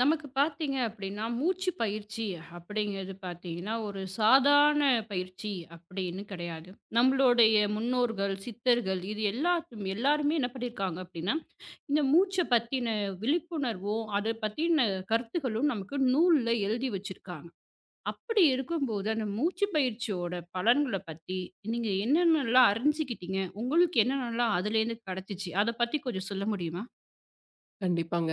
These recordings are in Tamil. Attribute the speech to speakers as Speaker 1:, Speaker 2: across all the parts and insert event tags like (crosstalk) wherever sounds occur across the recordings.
Speaker 1: நமக்கு பார்த்தீங்க அப்படின்னா, மூச்சு பயிற்சி அப்படிங்கிறது பார்த்தீங்கன்னா, ஒரு சாதாரண பயிற்சி அப்படின்னு கிடையாது. நம்மளுடைய முன்னோர்கள், சித்தர்கள் இது எல்லாத்தும் எல்லாருமே என்ன பண்ணியிருக்காங்க அப்படின்னா, இந்த மூச்ச பத்தின விழிப்புணர்வும், அத பத்தின கருத்துக்களும் நமக்கு நூல்ல எழுதி வச்சிருக்காங்க. அப்படி இருக்கும்போது, அந்த மூச்சு பயிற்சியோட பலன்கள பத்தி நீங்க என்னென்னலாம் அறிஞ்சுக்கிட்டீங்க? உங்களுக்கு என்னென்னலாம் அதுலேருந்து கிடைச்சுச்சு? அத பத்தி கொஞ்சம் சொல்ல முடியுமா?
Speaker 2: கண்டிப்பாங்க.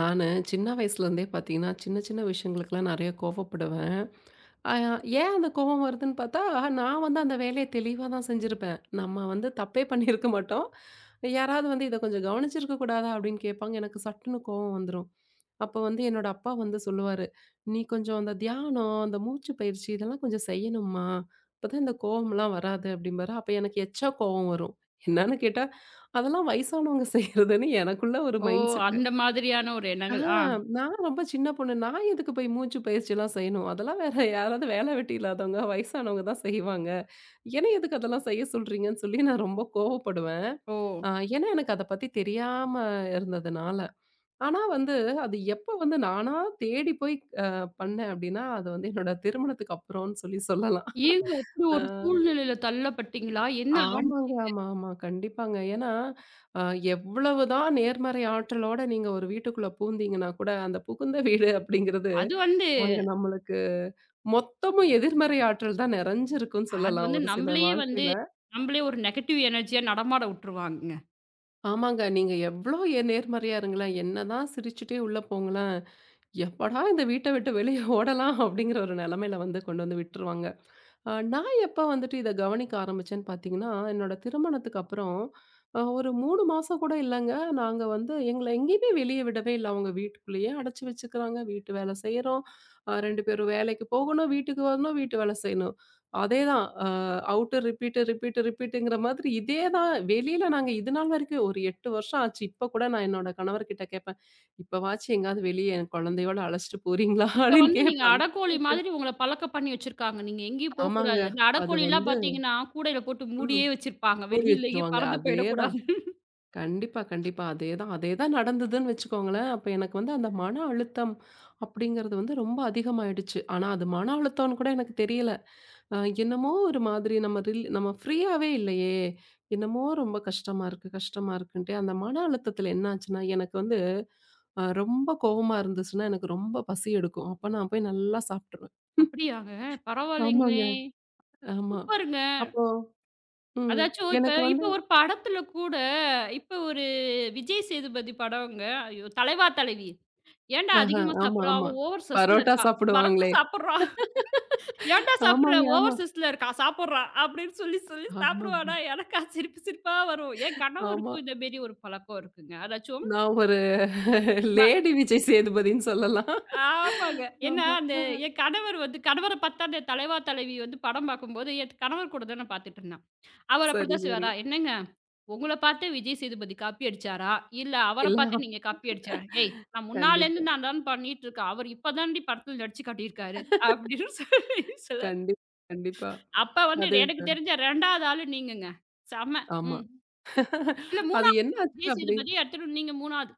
Speaker 2: நானு சின்ன வயசுலேருந்தே பார்த்தீங்கன்னா, சின்ன சின்ன விஷயங்களுக்கெல்லாம் நெறைய கோவப்படுவேன். அ ஏன் அந்த கோவம் வருதுன்னு பார்த்தா, நான் வந்து அந்த வேலைய தெளிவா தான் செஞ்சிருப்பேன். நம்ம வந்து தப்பே பண்ணியிருக்க மாட்டோம். யாராவது வந்து "இத கொஞ்சம் கவனிச்சிருக்க கூடாதா?" அப்படின்னு கேட்பாங்க. எனக்கு சட்டுன்னு கோவம் வந்துரும். அப்போ வந்து என்னோட அப்பா வந்து சொல்லுவாரு, "நீ கொஞ்சம் அந்த தியானம், அந்த மூச்சு பயிற்சி இதெல்லாம் கொஞ்சம் செய்யணும்மா. அப்பதான் இந்த கோவம்லாம் வராது." அப்படிம்பாரு. அப்ப எனக்கு எச்சா கோவம் வரும். என்னன்னு கேட்டா, அதெல்லாம் வயசானவங்க செய்றதுன்னு எனக்குள்ள ஒரு
Speaker 1: ஓ!
Speaker 2: Mind set.
Speaker 1: அந்த மாதிரியான ஒரு
Speaker 2: ஆ
Speaker 1: எண்ணங்கள். ஆ.
Speaker 2: நான் ரொம்ப சின்ன பொண்ணு. நான் எதுக்கு போய் மூச்சு பயிற்சிலாம் செய்யணும்? அதெல்லாம் வேற யாராவது வேலை வெட்டி இல்லாதவங்க, வயசானவங்க தான் செய்வாங்க. என்னைய எதுக்கு அதெல்லாம் செய்ய சொல்றீங்கன்னு சொல்லி நான் ரொம்ப கோவப்படுவேன்.
Speaker 1: ஓ!
Speaker 2: அ ஏன்னா எனக்கு அத பத்தி தெரியாம இருந்ததுனால. ஆனா வந்து அது எப்ப வந்து நானா தேடி போய் அ பண்ணேன் அப்டின்னா, அது வந்து என்னோட திருமணத்துக்கு அப்புறம்னு சொல்லி சொல்லலாம்.
Speaker 1: ஏங்க அப்படி
Speaker 2: ஆ.
Speaker 1: ஒரு சூழ்நிலையில தள்ளப்பட்டீங்களா? என்ன
Speaker 2: ஆமாங்க. ஆமா, ஆமா. கண்டிப்பாங்க. ஏன்னா, அ எவ்வளவுதான் நேர்மறை ஆற்றலோட நீங்க ஒரு வீட்டுக்குள்ள பூந்தீங்கன்னா கூட, அந்த புகுந்த வீடு அப்படிங்கிறது,
Speaker 1: அது வந்து
Speaker 2: அங்க நம்மளுக்கு மொத்தமும் எதிர்மறை ஆற்றல் தான் நெறஞ்சிருக்கும்னு சொல்லலாம் ஒரு சிலர்
Speaker 1: நம்பளையே வந்து
Speaker 2: வாழ்க்கையில.
Speaker 1: நம்பளே ஒரு நெகட்டிவ் எனர்ஜியா நடமாட விட்டுருவாங்கங்க.
Speaker 2: ஆமாங்க. நீங்க எவ்ளோ நேர்மறையா இருங்களேன், என்னதான் சிரிச்சுட்டே உள்ள போங்களேன், எப்படா இந்த வீட்ட விட்டு வெளிய ஓடலாம் அப்படிங்கிற ஒரு நிலைமையில வந்து கொண்டு வந்து விட்டுருவாங்க. நான் எப்ப வந்துட்டு இத கவனிக்க ஆரம்பிச்சேன்னு பார்த்தீங்கன்னா, என்னோட திருமணத்துக்கு அப்புறம் ஒரு 3 மாசம் கூட இல்லங்க. நாங்க வந்து எங்கள எங்கேயுமே வெளிய விடவே இல்ல. அவங்க வீட்டுக்குள்ளேயே அடைச்சு வச்சுக்கிறாங்க. வீட்டு வேலை செய்றோம். 2 பேரும் வேலைக்கு போகணும், வீட்டுக்கு வரணும், வீட்டு வேலை செய்யணும். அதேதான் அவுட்டு ரிப்பீட்டு, ரிப்பீட்டு, ரிப்பீட்டுங்கிற மாதிரி இதே தான் வெளியில நாங்க இது நாள் வரைக்கும் ஒரு 8 வருஷம் ஆச்சு. இப்ப கூட நான் என்னோட கணவர்கிட்ட கேட்பேன். இப்பவாச்சும் எங்கயாவது வெளிய என் குழந்தையோட அழைச்சுட்டு போறீங்களா?
Speaker 1: இப்ப
Speaker 2: (laughs) அப்படின்னு
Speaker 1: வந்து நீங்க
Speaker 2: கேட்பேன். அந்த
Speaker 1: அடக்கோழி
Speaker 2: அளவுக்கு
Speaker 1: மாதிரி உங்கள பழக்கம் பண்ணி வச்சிருக்காங்க. நீங்க எங்கேயும்
Speaker 2: ஆமாங்க.
Speaker 1: போக்கூடாது. அந்த
Speaker 2: அது
Speaker 1: அடக்கோழிலாம்
Speaker 2: வந்து
Speaker 1: பார்த்தீங்கன்னா, கூடையில போட்டு
Speaker 2: ம்.
Speaker 1: மூடியே வச்சிருப்பாங்க.
Speaker 2: மூடி
Speaker 1: வெளியிலேயே
Speaker 2: வச்சுருவாங்க.
Speaker 1: பறந்து
Speaker 2: அதேதான்.
Speaker 1: போயிடக்கூடாது.
Speaker 2: கண்டிப்பா, கண்டிப்பா. அதேதான். அதேதான் நடந்ததுன்னு வச்சுக்கோங்களேன். அப்ப எனக்கு வந்து அந்த மன அழுத்தம் அப்படிங்கிறது வந்து ரொம்ப அதிகமாயிடுச்சு. ஆனா அது மன அழுத்தம்னு கூட எனக்கு தெரியல. அ என்னமோ ஒரு மாதிரி நம்ம ஃப்ரீயாவே இல்லையே! என்னமோ ரொம்ப கஷ்டமா இருக்கு, கஷ்டமா இருக்குன்ட்டு அந்த மன அழுத்தத்தில என்னாச்சுன்னா, எனக்கு வந்து ரொம்ப கோவமா இருந்துச்சுன்னா, எனக்கு ரொம்ப பசி எடுக்கும். அப்ப நான் போய் நல்லா சாப்ட்டுருவேன்.
Speaker 1: அப்படியாங்க?
Speaker 2: ஆமாங்க.
Speaker 1: பரவாயில்லைங்களே!
Speaker 2: ஆமா.
Speaker 1: சூப்பருங்க.
Speaker 2: அப்போ ம்.
Speaker 1: அதாச்சும் இப்ப
Speaker 2: எனக்கு வந்து
Speaker 1: இப்ப ஒரு படத்துல கூட இப்ப ஒரு விஜய் சேதுபதி படம்ங்க. ஐயோ! தலைவா தலைவி. ஏன்டா
Speaker 2: ஆஹா,
Speaker 1: அதிகமா
Speaker 2: ஆமா,
Speaker 1: சாப்பிடுற?
Speaker 2: ஆமா.
Speaker 1: அவன் ஓவர் சஸ்ல
Speaker 2: பரோட்டா
Speaker 1: இருக்கான். வரப்ப
Speaker 2: சாப்பிடுவாங்களே.
Speaker 1: சாப்பிடுறான். ஏன்டா சாப்பிடுற?
Speaker 2: ஆமாங்க, ஆமா.
Speaker 1: ஓவர் சஸ்ல இருக்கான். சாப்பிடுறான். அப்படின்னு சொல்லி சொல்லி
Speaker 2: ஆமாங்க.
Speaker 1: சாப்பிடுவானா, எனக்கா சிரிப்பு சிரிப்பா வரும். என்
Speaker 2: ஆமா.
Speaker 1: கணவருக்கும் இந்த மாரி ஒரு பழக்கம் இருக்குங்க. அதாச்சும்
Speaker 2: நான் ஒரு
Speaker 1: ப
Speaker 2: லேடி விஜய் சேதுபதின்னு சொல்லலாம்.
Speaker 1: ஆமாங்க. ஏன்னா,
Speaker 2: ஆமா.
Speaker 1: அந்த என் கணவர் வந்து கணவர பார்த்தா அந்த தலைவா தலைவி வந்து படம் பார்க்கும்போது, என் கணவர் கூட தான் நான் பார்த்துட்டுருந்தேன். அவர்
Speaker 2: சரி,
Speaker 1: அப்படித்தான்
Speaker 2: சரி.
Speaker 1: செய்வாரா? என்னங்க, உங்கள பார்த்து விஜய் சேதுபதி காப்பி அடிச்சாரா? இல்ல அவர
Speaker 2: இல்லையா?
Speaker 1: பார்த்து நீங்க காப்பி அடிச்சாரா? ஏய்! நான் முன்னாலேருந்து
Speaker 2: கண்டிப்பா,
Speaker 1: நான் தான் பண்ணிட்டு இருக்கேன். அவரு இப்ப தான்டி படத்துல நடிச்சு காட்டியிருக்காரு. அப்படின்னு (laughs) சொல்லி சொல்லாரு.
Speaker 2: கண்டிப்பா, கண்டிப்பா.
Speaker 1: அப்ப வந்து
Speaker 2: அது
Speaker 1: எனக்கு தெரிஞ்ச 2வது ஆளு நீங்கங்க. செம.
Speaker 2: ஆமா.
Speaker 1: ம். இல்ல
Speaker 2: அது
Speaker 1: 3வது
Speaker 2: என்னாச்சு
Speaker 1: விஜய்
Speaker 2: அப்படி?
Speaker 1: சேதுபதி, அடுத்தது நீங்க 3வது.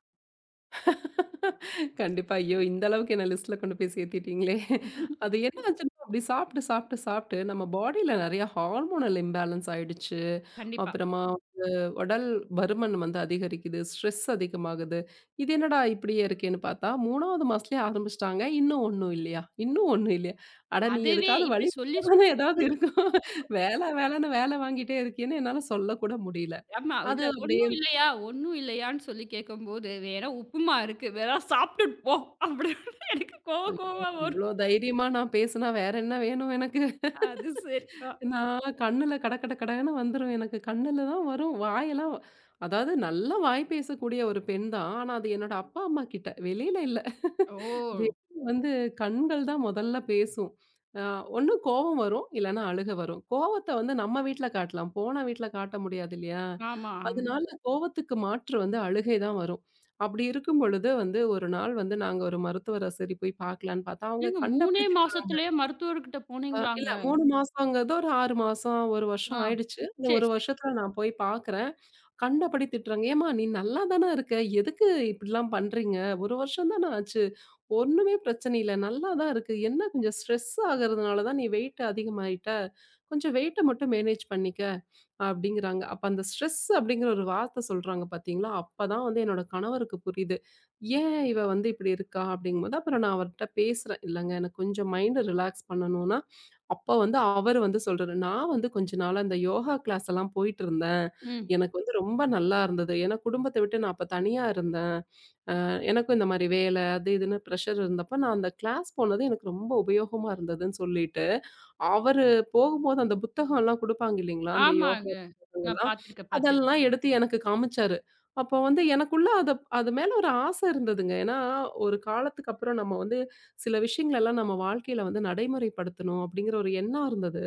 Speaker 2: கண்டிப்பா. ஐயோ! இந்த அளவுக்கு என்ன லிஸ்ட்ல கொண்டு போய் சேர்த்துட்டீங்களே.
Speaker 1: (laughs)
Speaker 2: அது என்னாச்சுன்னா, அப்படி சாப்பிட்டு, சாப்பிட்டு, சாப்பிட்டு நம்ம பாடியில நெறைய ஹார்மோனல் இம்பேலன்ஸ் ஆயிடுச்சு.
Speaker 1: கண்டிப்பா.
Speaker 2: அப்புறமா ஒரு உடல் பருமன் வந்து அதிகரிக்குது. ஸ்ட்ரெஸ் அதிகமாகுது. இது என்னடா இப்படியே இருக்கேன்னு பார்த்தா, 3வது மாசத்துலயே ஆரம்பிச்சுட்டாங்க. இன்னும் ஒண்ணும் இல்லையா? இன்னும் ஒண்ணும் இல்லையா? அட நீ
Speaker 1: அதுவே
Speaker 2: எதுக்காவது
Speaker 1: இப்படி
Speaker 2: வழி
Speaker 1: சொல்லி
Speaker 2: தானே ஏதாவது
Speaker 1: சொல்லி
Speaker 2: இருக்கும். வேல வேலன்னு வேல வாங்கிட்டே இருக்கேன்னு என்னால சொல்லக்கூட முடியல.
Speaker 1: ஆமா.
Speaker 2: அது
Speaker 1: இல்ல
Speaker 2: அப்படியே
Speaker 1: ஒண்ணும் இல்லையா, ஒண்ணும் இல்லையான்னு சொல்லி கேட்கும்போது, "வேணா உப்புமா இருக்கு. வேணா சாப்பிட்டுட்டு போ" அப்படின்னு எனக்கு கோவ
Speaker 2: ஐயோ!
Speaker 1: கோவமா வரும்.
Speaker 2: இவ்ளோ தைரியமா நான் பேசுனா வேற என்ன வேணும் எனக்கு?
Speaker 1: அது சரி.
Speaker 2: நான் கண்ணுல கட கட கடன்னு வந்துரும். எனக்கு கண்ணுல தான் வரும். அதாவது நல்லா வாய் பேசக்கூடிய ஒரு பெண் தான். ஆனா, அது என்னோட அப்பா, அம்மா கிட்ட. வெளியில இல்ல.
Speaker 1: ஓ!
Speaker 2: வெளியில வந்து கண்கள் தான் முதல்ல பேசும். அ ஒண்ணு கோவம் வரும், இல்லன்னா அழுக வரும். கோவத்த வந்து நம்ம வீட்ல காட்டலாம். போன வீட்ல காட்ட முடியாது இல்லையா?
Speaker 1: ஆமா, ஆமா.
Speaker 2: அதனால கோவத்துக்கு மாற்று வந்து அழுகை தான் வரும். அப்படி இருக்கும் பொழுது வந்து ஒரு நாள் வந்து நாங்க ஒரு மருத்துவர சரி போய் பார்க்கலான்னு பார்த்தா, அவங்க
Speaker 1: ஏங்க 3
Speaker 2: கண்டபடி திட்டுறாங்க.
Speaker 1: மாசத்துலயே மருத்துவர்கிட்ட போனீங்களாங்க?
Speaker 2: இல்ல 3 மாசங்கிறது ஒரு 6 மாசம், 1 வருஷம்
Speaker 1: ஆ.
Speaker 2: ஆயிடுச்சு. இந்த
Speaker 1: சரி,
Speaker 2: 1
Speaker 1: சரி.
Speaker 2: வருஷத்துல நான் போய் பார்க்குறேன். கண்டபடி திட்டுறாங்க. "ஏம்மா நீ நல்லா தான இருக்க. எதுக்கு இப்படிலாம் பண்றீங்க? 1 வருஷம் தான ஆச்சு. ஒண்ணுமே பிரச்சனை இல்ல. நல்லா தான் இருக்கு. என்ன கொஞ்சம் ஸ்ட்ரெஸ் ஆகுறதுனால தான் நீ வெயிட் அதிகமாயிட்ட. கொஞ்சம் வெயிட்ட மட்டும் மேனேஜ் பண்ணிக்க. அப்படிங்கிறாங்க. அப்ப அந்த ஸ்ட்ரெஸ் அப்படிங்கிற ஒரு வார்த்தை சொல்றாங்க பார்த்தீங்களா, அப்பதான் வந்து என்னோட கணவருக்கு புரியுது. ஏன் இவ வந்து இப்படி இருக்கா அப்படிங்கும்போது, அப்புறம் நான் அவர்ட்ட பேசுறேன். இல்லங்க எனக்கு கொஞ்சம் மைண்ட ரிலாக்ஸ் பண்ணணும்னா, அப்ப வந்து அவரு வந்து சொல்றாரு. நான் வந்து கொஞ்ச நாளா இந்த யோகா கிளாஸ் எல்லாம் போயிட்டு இருந்தேன்.
Speaker 1: ம்.
Speaker 2: எனக்கு வந்து ரொம்ப நல்லா இருந்தது. ஏன்னா குடும்பத்த விட்டு நான் அப்ப தனியா இருந்தேன். எனக்கும் இந்த மாரி வேலை அது இதுன்னு ப்ரெஷர் இருந்தப்ப, நான் அந்த கிளாஸ் போனது எனக்கு ரொம்ப உபயோகமா இருந்ததுன்னு சொல்லிட்டு, அவரு போகும்போது அந்த புத்தகம்லாம் குடுப்பாங்க இல்லைங்களா? அந்த யோகா
Speaker 1: ஆமாங்க. நான்
Speaker 2: புத்தகங்கள்லாம்,
Speaker 1: பார்த்துருக்கேன், பார்த்துருக்கேன்.
Speaker 2: அதெல்லாம் எடுத்து எனக்கு காமிச்சாரு. அப்போ வந்து எனக்குள்ள அத அது மேல ஒரு ஆசை இருந்ததுங்க. ஏன்னா, ஒரு காலத்துக்கு அப்புறம் நம்ம வந்து சில விஷயங்களெல்லாம் நம்ம வாழ்க்கையில வந்து நடைமுறைப்படுத்தணும் அப்படிங்கிற ஒரு எண்ணம் இருந்தது.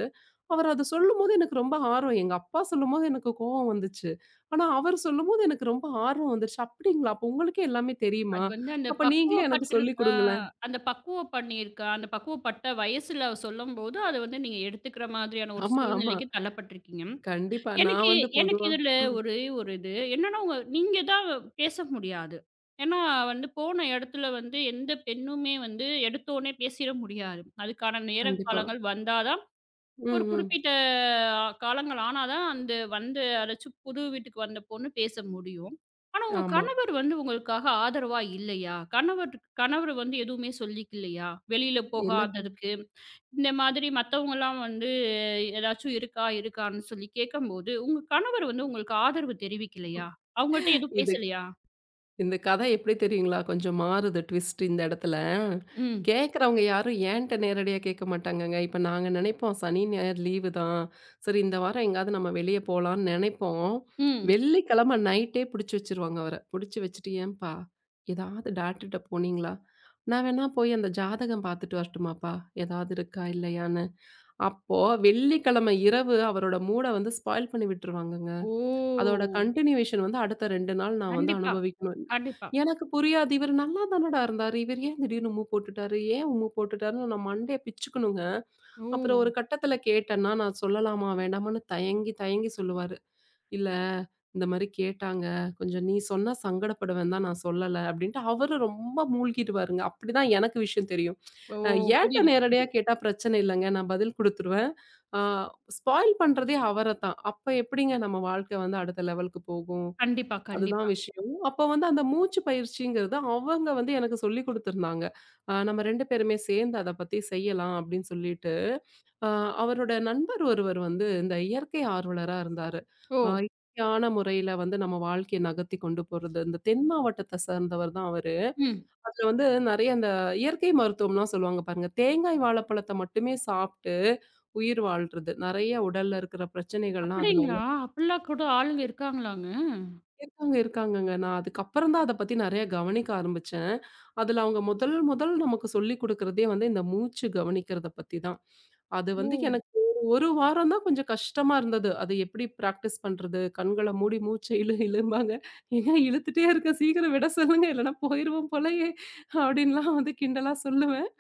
Speaker 2: அவர் அத சொல்லும்போது எனக்கு ரொம்ப ஆர்வம். எங்க அப்பா சொல்லும்போது எனக்கு கோவம் வந்துச்சு. ஆனா அவர் சொல்லும்போது எனக்கு ரொம்ப ஆர்வம் வந்துருச்சு. "அப்படிங்களா? அப்ப உங்களுக்கே எல்லாமே தெரியுமா?
Speaker 1: அது வந்து அந்த
Speaker 2: அப்ப நீங்களே எனக்கு
Speaker 1: பக்குவப்பட்டுருக்
Speaker 2: சொல்லிக்
Speaker 1: அ
Speaker 2: குடுங்களேன்."
Speaker 1: அந்த பக்குவம் பண்ணியிருக்க அந்த பக்குவப்பட்ட வயசுல சொல்லும்போது, அத வந்து நீங்க எடுத்துக்கிற மாதிரியான ஒரு
Speaker 2: ஆமா, ஆமா.
Speaker 1: சூழ்நிலைக்கு தள்ளப்பட்டுருக்கீங்க.
Speaker 2: கண்டிப்பா. நான்
Speaker 1: எனக்கு
Speaker 2: வந்து
Speaker 1: எனக்கு
Speaker 2: பொதுவா
Speaker 1: இதுல
Speaker 2: ம்.
Speaker 1: ஒரே ஒரு இது. என்னன்னா, உங்க நீங்க தான் பேச முடியாது. ஏன்னா வந்து போன இடத்துல வந்து எந்த பெண்ணுமே வந்து எடுத்தோனே பேசிற முடியாது. அதுக்கான நேர
Speaker 2: கண்டிப்பா.
Speaker 1: காலங்கள் வந்தா தான்
Speaker 2: ம்,
Speaker 1: ஒரு
Speaker 2: ம்.
Speaker 1: குறிப்பிட்ட காலங்கள் ஆனா தான் அந்த வந்து அதாச்சும் புது வீட்டுக்கு வந்த பொண்ணு பேச முடியும். ஆனா உங்க
Speaker 2: ஆமா.
Speaker 1: கணவர் வந்து உங்களுக்காக ஆதரவா இல்லையா? கணவர் கணவர் வந்து எதுவுமே சொல்லிக்கலையா? வெளியில
Speaker 2: என்ன (laughs)
Speaker 1: போகாததுக்கு. இந்த மாதிரி மத்தவங்கலாம் வந்து ஏதாச்சும் இருக்கா? இருக்கான்னு சொல்லி கேட்கும்போது, உங்க கணவர் வந்து உங்களுக்கு ஆதரவு தெரிவிக்கலையா? அவங்கள்ட்ட எதுவும்
Speaker 2: இது
Speaker 1: பேசலையா?
Speaker 2: இந்த கதை எப்படி தெரியுங்களா? கொஞ்சம் மாறுது ட்விஸ்ட் இந்த இடத்துல.
Speaker 1: ம்.
Speaker 2: கேட்கிறவங்க யாரும் ஏன்ட்ட நேரடியா கேட்க மாட்டாங்கங்க. இப்ப நாங்க நினைப்போம் சனி, ஞாயிறு லீவு தான். சரி இந்த வாரம் எங்கேயாவது நம்ம வெளிய போலான்னு நினைப்போம்.
Speaker 1: ம்.
Speaker 2: வெள்ளிக்கிழமை நைட்டே புடிச்சு வச்சுருவாங்க அவர. புடிச்சு வச்சுட்டு, "ஏன்பா ஏதாவது டாக்டர்ட்ட போனீங்களா? நான் வேணா போய் அந்த ஜாதகம் பார்த்துட்டு வரட்டுமாப்பா? ஏதாவது இருக்கா? இல்லையான்னு." அப்போ வெள்ளிக்கிழமை இரவு அவரோட மூட வந்து ஸ்பாயில் பண்ணி விட்டுருவாங்கங்க.
Speaker 1: ஓ!
Speaker 2: அதோட கன்டினியூவேஷன் வந்து அடுத்த 2 நாள் நான் வந்து
Speaker 1: கண்டிப்பா.
Speaker 2: அனுபவிக்கணும்.
Speaker 1: கண்டிப்பா.
Speaker 2: எனக்கு புரியாது. இவரு நல்லா தானடா இருந்தாரு. இவரு ஏன் திடீர்னு உம்மு போட்டுட்டாரு? ஏன் உம்மு போட்டுட்டாருன்னு நான் மண்டைய பிச்சுக்கணுங்க.
Speaker 1: ஓ!
Speaker 2: அப்புறம் ஒரு கட்டத்துல கேட்டேன்னா, நான் சொல்லலாமா? வேண்டாமான்னு தயங்கி, தயங்கி சொல்லுவாரு. "இல்ல, இந்த மாரி கேட்டாங்க. கொஞ்சம் நீ சொன்னா சங்கடப்படுவேன் தான் நான் சொல்லல." அப்படின்ட்டு அவரு ரொம்ப மூழ்கிடுவாருங்க. அப்படிதான் எனக்கு விஷயம் தெரியும்.
Speaker 1: ஓ!
Speaker 2: அ ஏன்ட்ட
Speaker 1: புரியுது, புரியுது.
Speaker 2: நேரடியா கேட்டா பிரச்சனை இல்லங்க. நான் பதில் குடுத்துருவேன். ஆ ஸ்பாயில் பண்றதே அவரத்தான். அப்ப எப்படிங்க நம்ம வாழ்க்கை வந்து அடுத்த லெவலுக்கு போகும்?
Speaker 1: கண்டிப்பா,
Speaker 2: அதுதான்
Speaker 1: கண்டிப்பா.
Speaker 2: விஷயம். அப்ப வந்து அந்த மூச்சு பயிற்சிங்கிறது அவங்க வந்து எனக்கு சொல்லிக் குடுத்திருந்தாங்க. நம்ம 2 பேருமே சேர்ந்து அத பத்தி செய்யலாம் அப்படின்னு சொல்லிட்டு. ஆ அவரோட நண்பர் ஒருவர் வந்து இந்த இயற்கை ஆர்வலரா இருந்தாரு.
Speaker 1: ஓ!
Speaker 2: இயற்கையான முறையில வந்து நம்ம வாழ்க்கைய நகர்த்தி கொண்டு போறது. இந்த தென் மாவட்டத்த சேர்ந்தவர் தான் அவரு.
Speaker 1: ம்.
Speaker 2: அதுல வந்து நெறைய அந்த இயற்கை மருத்துவம்லாம் சொல்லுவாங்க பாருங்க. தேங்காய் வாழைப்பழத்த மட்டுமே சாப்ட்டு உயிர் வாழ்றது. நெறைய உடல்ல இருக்கிற பிரச்சனைகள்லாம் அதனால
Speaker 1: அப்படிங்களா? அப்படிலாம் கூட ஆளுங்க இருக்காங்களாங்க?
Speaker 2: இருக்காங்க, இருக்காங்கங்க. நான் அதுக்கப்புறம் தான் அத பத்தி நெறைய கவனிக்க ஆரம்பிச்சேன். அதுல அவங்க முதல் முதல் நமக்கு சொல்லிக் குடுக்குறதே வந்து இந்த மூச்சு கவனிக்கிறத பத்தி தான். அது
Speaker 1: ஓ!
Speaker 2: வந்து எனக்கு ஒரு ஒரு வாரம் தான் கொஞ்சம் கஷ்டமா இருந்தது. அது எப்படி பிராக்டிஸ் பண்றது? கண்கள மூடி மூச்ச இழும்பாங்க. ஏங்க இழுத்துட்டே இருக்கேன். சீக்கிரம் விட சொல்லுங்க. இல்லன்னா போயிருவோம் போலயே! அப்டின்லாம் வந்து கிண்டலா சொல்லுவேன்.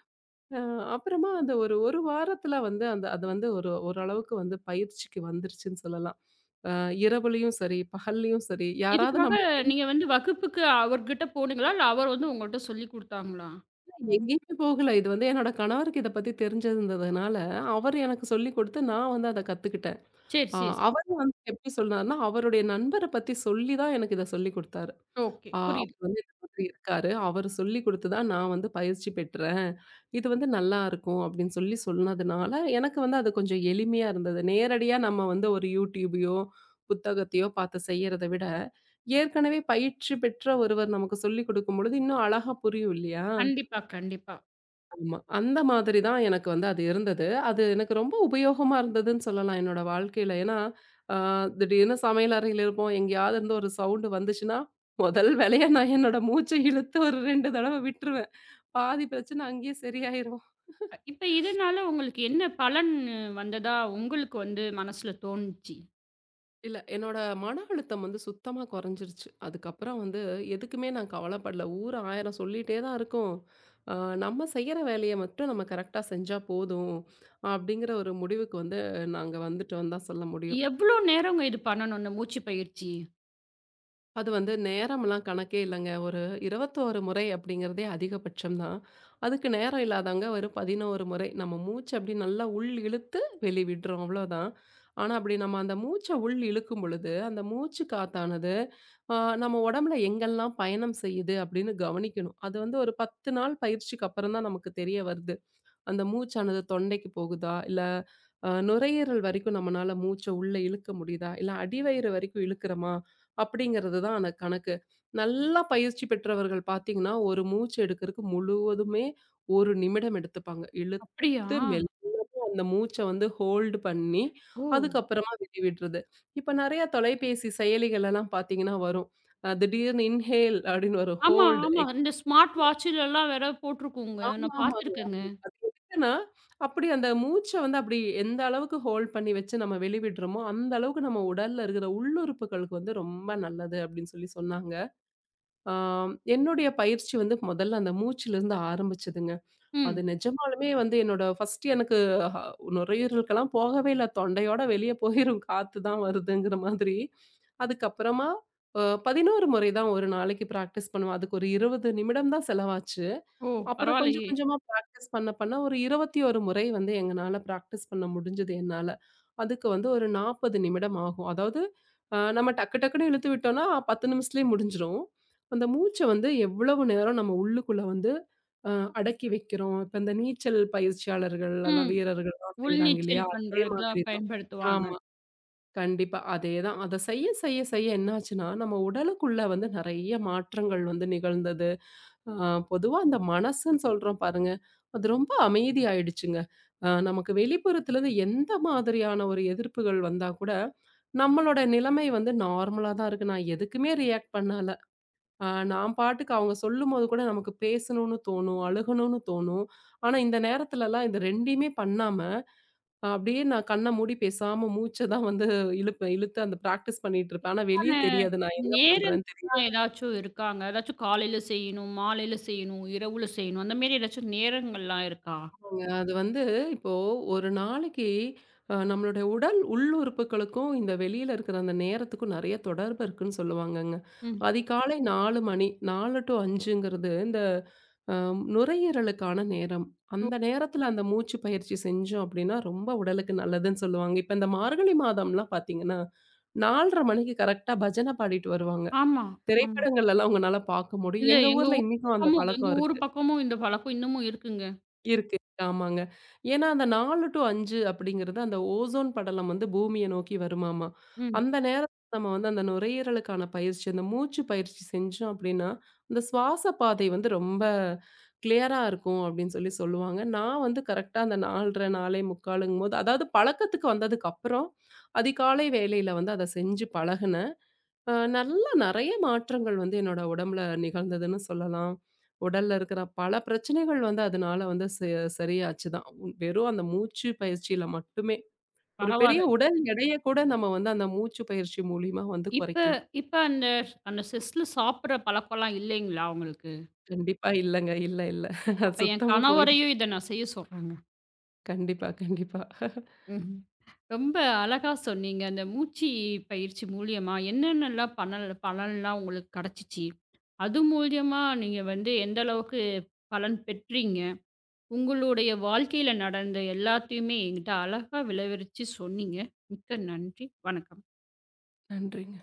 Speaker 2: அ அப்புறமா அந்த ஒரு ஒரு வாரத்துல வந்து அந்த அது வந்து ஒரு ஓரளவுக்கு வந்து பயிற்சிக்கு வந்துருச்சுன்னு சொல்லலாம். அ இரவுலயும் சரி, பகல்லயும் சரி, யாராவது
Speaker 1: இதுக்காக
Speaker 2: நம்ம
Speaker 1: நீங்க வந்து வகுப்புக்கு அவர்கிட்ட போனீங்களா? இல்ல அவர் வந்து உங்கள்ட்ட சொல்லிக் குடுத்தாங்களா?
Speaker 2: ம். எங்கேயுமே போகல. இது வந்து என்னோட கணவருக்கு இத பத்தி தெரிஞ்சிருந்ததுனால, அவர் எனக்கு சொல்லிக் குடுத்து நான் வந்து அத கத்துக்கிட்டேன்.
Speaker 1: சரி,
Speaker 2: ஆ
Speaker 1: சரி, சரி.
Speaker 2: அவரும் வந்து எப்படி சொன்னார்ன்னா, அவருடைய நண்பர பத்தி சொல்லி தான் எனக்கு இத சொல்லிக் குடுத்தாரு.
Speaker 1: ஓகே. புரியுது.
Speaker 2: அவர் வந்து இந்த மாதிரி இருக்காரு. அவரு சொல்லிக் குடுத்து தான் நான் வந்து பயிற்சி பெற்றேன். இது வந்து நல்லாருக்கும் அப்படின்னு சொல்லி சொன்னதுனால, எனக்கு வந்து அது கொஞ்சம் எளிமையா இருந்தது. நேரடியா நம்ம வந்து ஒரு YouTubeயோ, புத்தகத்தையோ பார்த்து செய்யறத விட, ஏற்கனவே பயிற்சி பெற்ற ஒருவர் நமக்கு சொல்லிக் குடுக்கும் பொழுது, இன்னும் அழகா புரியும் இல்லையா?
Speaker 1: கண்டிப்பா, கண்டிப்பா.
Speaker 2: ஆமா. அந்த மாதிரி தான் எனக்கு வந்து அது இருந்தது. அது எனக்கு ரொம்ப உபயோகமா இருந்ததுன்னு சொல்லலாம் என்னோட வாழ்க்கையில. ஏன்னா, அ திடீர்னு சமையல் அறையில இருப்போம். எங்கேயாவது இருந்து ஒரு சவுண்டு வந்துச்சுன்னா, முதல் வேலையா நான் என்னோட மூச்ச இழுத்து ஒரு 2 தடவ விட்டுருவேன். பாதி பிரச்சனை அங்கேயே சரியாயிரும்.
Speaker 1: இப்ப இதனால உங்களுக்கு என்ன பலன் வந்ததா உங்களுக்கு வந்து மனசுல தோணுச்சு?
Speaker 2: இல்ல என்னோட மன அழுத்தம் வந்து சுத்தமா குறைஞ்சிருச்சு. அதுக்கப்புறம் வந்து எதுக்குமே நான் கவலைப்படல. ஊர் 1000 சொல்லிட்டே தான் இருக்கும். அ நம்ம செய்யற வேலைய மட்டும் நம்ம கரெக்ட்டா செஞ்சா போதும், அப்படிங்கிற ஒரு முடிவுக்கு வந்து நாங்க வந்துட்டோம்னு தான் சொல்ல முடியும்.
Speaker 1: எவ்ளோ நேரங்க இது பண்ணணும் இந்த மூச்சு பயிற்சி?
Speaker 2: அது வந்து நேரம்லாம் கணக்கே இல்லங்க. ஒரு 21 முறை அப்படிங்கிறதே அதிகபட்சம் தான். அதுக்கு நேரம் இல்லாதவங்க ஒரு 11 முறை. நம்ம மூச்ச அப்படி நல்லா உள் இழுத்து வெளி விடுறோம் அவ்வளோதான். ஆனா, அப்படி நம்ம அந்த மூச்ச உள் இழுக்கும் பொழுது, அந்த மூச்சு காத்தானது அ நம்ம உடம்புல எங்கெல்லாம் பயணம் செய்யுது அப்படின்னு கவனிக்கணும். அது வந்து ஒரு 10 நாள் பயிற்சிக்கு அப்புறம் தான் நமக்கு தெரிய வருது. அந்த மூச்சானது தொண்டைக்கு போகுதா? இல்ல நுரையீரல் வரைக்கும் நம்மனால மூச்ச உள்ள இழுக்க முடியுதா? இல்ல அடிவயிறு வரைக்கும் இழுக்கிறோமா? அப்படிங்கிறது தான் அந்த கணக்கு. நல்லா பயிற்சி பெற்றவர்கள் பார்த்தீங்கன்னா, ஒரு மூச்சு எடுக்கிறதுக்கு முழுவதுமே 1 நிமிடம் எடுத்துப்பாங்க.
Speaker 1: அப்படியா?
Speaker 2: இழுத்து மெல்ல அந்த மூச்ச வந்து ஹோல்டு பண்ணி,
Speaker 1: ஓ!
Speaker 2: அதுக்கப்புறமா வெளிவிடுறது. இப்ப நெறைய தொலைபேசி செயலிகள் எல்லாம் பார்த்தீங்கன்னா வரும். திடீர்னு இன்ஹேல் அப்படின்னு வரும்.
Speaker 1: ஆமா,
Speaker 2: ஹோல்டு.
Speaker 1: ஆமா. இந்த ஸ்மார்ட் வாட்சுலலாம் வேற போட்டிருக்குங்க. நான்
Speaker 2: ஆமாமா.
Speaker 1: பார்த்துருக்கேங்க.
Speaker 2: அது எதுக்குன்னா, அப்படி அந்த மூச்ச வந்து அப்படி எந்த அளவுக்கு ஹோல்ட் பண்ணி வச்சு நம்ம வெளிவிடுறோமோ, அந்த அளவுக்கு நம்ம உடல்ல இருக்கிற உள்ளுறுப்புகளுக்கு வந்து ரொம்ப நல்லது அப்படின்னு சொல்லி சொன்னாங்க. ஆ என்னுடைய பயிற்சி வந்து முதல்ல அந்த மூச்சுலருந்து ஆரம்பிச்சதுங்க. அது
Speaker 1: ம்.
Speaker 2: நிஜமாலுமே வந்து என்னோட ஃபர்ஸ்ட் எனக்கு ஹ நுரையீரலுக்கெல்லாம் போகவே இல்ல. தொண்டையோட வெளிய போயிரும் காத்து தான் வருதுங்கிற மாதிரி. அதுக்கப்புறமா 11 முறை தான் ஒரு நாளைக்கு பிராக்டிஸ் பண்ணுவேன். அதுக்கு ஒரு 20 நிமிடம் தான் செலவாச்சு.
Speaker 1: ஓ!
Speaker 2: அப்புறம் கொஞ்சம்
Speaker 1: பரவாயில்லையே!
Speaker 2: கொஞ்சமா பிராக்டிஸ் பண்ண பண்ண ஒரு 21 முறை வந்து எங்கனால பிராக்டிஸ் பண்ண முடிஞ்சது என்னால. அதுக்கு வந்து ஒரு 40 நிமிடம் ஆகும். அதாவது நம்ம டக்கு டக்குன்னு இழுத்து விட்டோம்னா 10 நிமிஷத்துலயே முடிஞ்சிரும். அந்த மூச்ச வந்து எவ்வளவு நேரம் நம்ம உள்ளுக்குள்ள வந்து அ அடக்கி வைக்கிறோம். இப்ப இந்த நீச்சல் பயிற்சியாளர்கள் எல்லாம்
Speaker 1: ம்.
Speaker 2: வீரர்கள்லாம் செய்றாங்க
Speaker 1: உள்நீச்சல்
Speaker 2: இல்லையா? அதே மாதிரி
Speaker 1: பண்றதுக்குலாம்
Speaker 2: தான்.
Speaker 1: பயன்படுத்துவாங்க.
Speaker 2: ஆமா. கண்டிப்பா. அதேதான். அத செய்ய செய்ய செய்ய என்னாச்சுன்னா, நம்ம உடலுக்குள்ள வந்து நெறைய மாற்றங்கள் வந்து நிகழ்ந்தது. ஆ, பொதுவா அந்த மனசுன்னு சொல்றோம் பாருங்க. அது ரொம்ப அமைதியாயிடுச்சுங்க. நமக்கு வெளிப்புறத்துலருந்து எந்த மாதிரியான ஒரு எதிர்ப்புகள் வந்தா கூட, நம்மளோட நிலைமை வந்து நார்மலா தான் இருக்கு. நான் எதுக்குமே ரியாக்ட் பண்ணல. அ நான் பாட்டுக்கு அவங்க சொல்லும்போது கூட நமக்கு பேசணும்னு தோணும், அழுகணும்னு தோணும். ஆனா இந்த நேரத்துலலாம் இந்த 2யுமே பண்ணாம, அப்படியே நான் கண்ண மூடி பேசாம மூச்ச தான் வந்து இழுப்பேன். இழுத்து அந்த பிராக்டிஸ் பண்ணிட்டு இருப்பேன். ஆனா
Speaker 1: ஆன
Speaker 2: வெளிய தெரியாது நான் என்ன பண்றேன்னு
Speaker 1: நேரங்கள்லாம் ஏதாச்சும் இருக்காங்க? ஏதாச்சும் காலையில செய்யணும், மாலையில செய்யணும், இரவுல செய்யணும் அந்த மாரி ஏதாச்சும் நேரங்கள்லாம் இருக்கா?
Speaker 2: அது வந்து இப்போ ஒரு நாளைக்கு அ, நம்மளுடைய உடல் உள்ளுறுப்புகளுக்கும் இந்த வெளியில இருக்கிற அந்த நேரத்துக்கும் நிறைய தொடர்பு இருக்குன்னு சொல்லுவாங்கங்க.
Speaker 1: ம்.
Speaker 2: அதிகாலை 4 மணி 4 டூ 5ங்கிறது இந்த அ, நுரையீரலுக்கான நேரம்.
Speaker 1: ஓ!
Speaker 2: அந்த நேரத்துல அந்த மூச்சு பயிற்சி செஞ்சோம் அப்படின்னா ரொம்ப உடலுக்கு நல்லதுன்னு சொல்லுவாங்க. இப்ப இந்த மார்கழி மாதம்லாம் பார்த்தீங்கன்னா, 4:30 மணிக்கு கரெக்ட்டா பஜனை பாடிட்டு வருவாங்க.
Speaker 1: ஆமா, ஆமா.
Speaker 2: திரைப்படங்கள்ல எல்லாம் உங்கனால பார்க்க முடியும்.
Speaker 1: இல்ல
Speaker 2: எங்க ஊர்ல இன்னைக்கும் அந்த
Speaker 1: எங்க
Speaker 2: பழக்கம்
Speaker 1: ஊர்
Speaker 2: இருக்கு.
Speaker 1: பக்கமும் இந்த பழக்கம் இன்னமும் இருக்குங்க.
Speaker 2: இருக்கு. ஆமாங்க. ஏன்னா, அந்த 4 டூ 5 அப்படிங்கிறது அந்த ஓசோன் படலம் வந்து பூமிய நோக்கி வருமாமா.
Speaker 1: ம்.
Speaker 2: அந்த நேரம் நம்ம வந்து அந்த நுரையீரலுக்கான பயிற்சி, அந்த மூச்சு பயிற்சி செஞ்சோம் அப்படின்னா, அந்த சுவாச பாதை வந்து ரொம்ப கிளியரா இருக்கும் அப்படின்னு சொல்லி சொல்லுவாங்க. நான் வந்து கரெக்ட்டா அந்த 4 1/2 4:45 அதாவது பழக்கத்துக்கு வந்ததுக்கப்புறம், அதிகாலை வேளையில வந்து அத செஞ்சு பழகுனேன். நல்லா நெறைய மாற்றங்கள் வந்து என்னோட உடம்புல நிகழ்ந்ததுன்னு சொல்லலாம். உடல்ல இருக்கிற பல பிரச்சனைகள் வந்து அதனால வந்து சரியாச்சு தான். உன் வெறும் அந்த மூச்சு பயிற்சியில மட்டுமே. ஒரு பெரிய
Speaker 1: பரவால்ல.
Speaker 2: உடல் எடைய கூட நம்ம வந்து அந்த மூச்சு பயிற்சி மூலியமா வந்து
Speaker 1: இப்ப
Speaker 2: குறைக்கலாம்.
Speaker 1: இப்ப அந்த அந்த செஸ்ல சாப்பிடுற பழக்கம்லாம் இல்லைங்களா உங்களுக்கு?
Speaker 2: கண்டிப்பா இல்லங்க. இல்ல, இல்ல. அது
Speaker 1: அப்ப என்
Speaker 2: சுத்தமா போயிடுச்சு.
Speaker 1: கணவரையும் இத நான் செய்ய சொல்றேங்க.
Speaker 2: கண்டிப்பா, கண்டிப்பா.
Speaker 1: ம்ஹ்ம். ரொம்ப அழகா சொன்னீங்க. அந்த மூச்சு பயிற்சி மூலியமா என்னென்னலாம் பலன்லாம் உங்களுக்கு கெடச்சிச்சு? அது மூலியமா நீங்க வந்து எந்த அளவுக்கு பலன் பெற்றீங்க? உங்களுடைய வாழ்க்கையில நடந்த எல்லாத்தையுமே என்கிட்ட அழகா விளவரிச்சு சொன்னீங்க. மிக்க நன்றி. வணக்கம்.
Speaker 2: நன்றிங்க.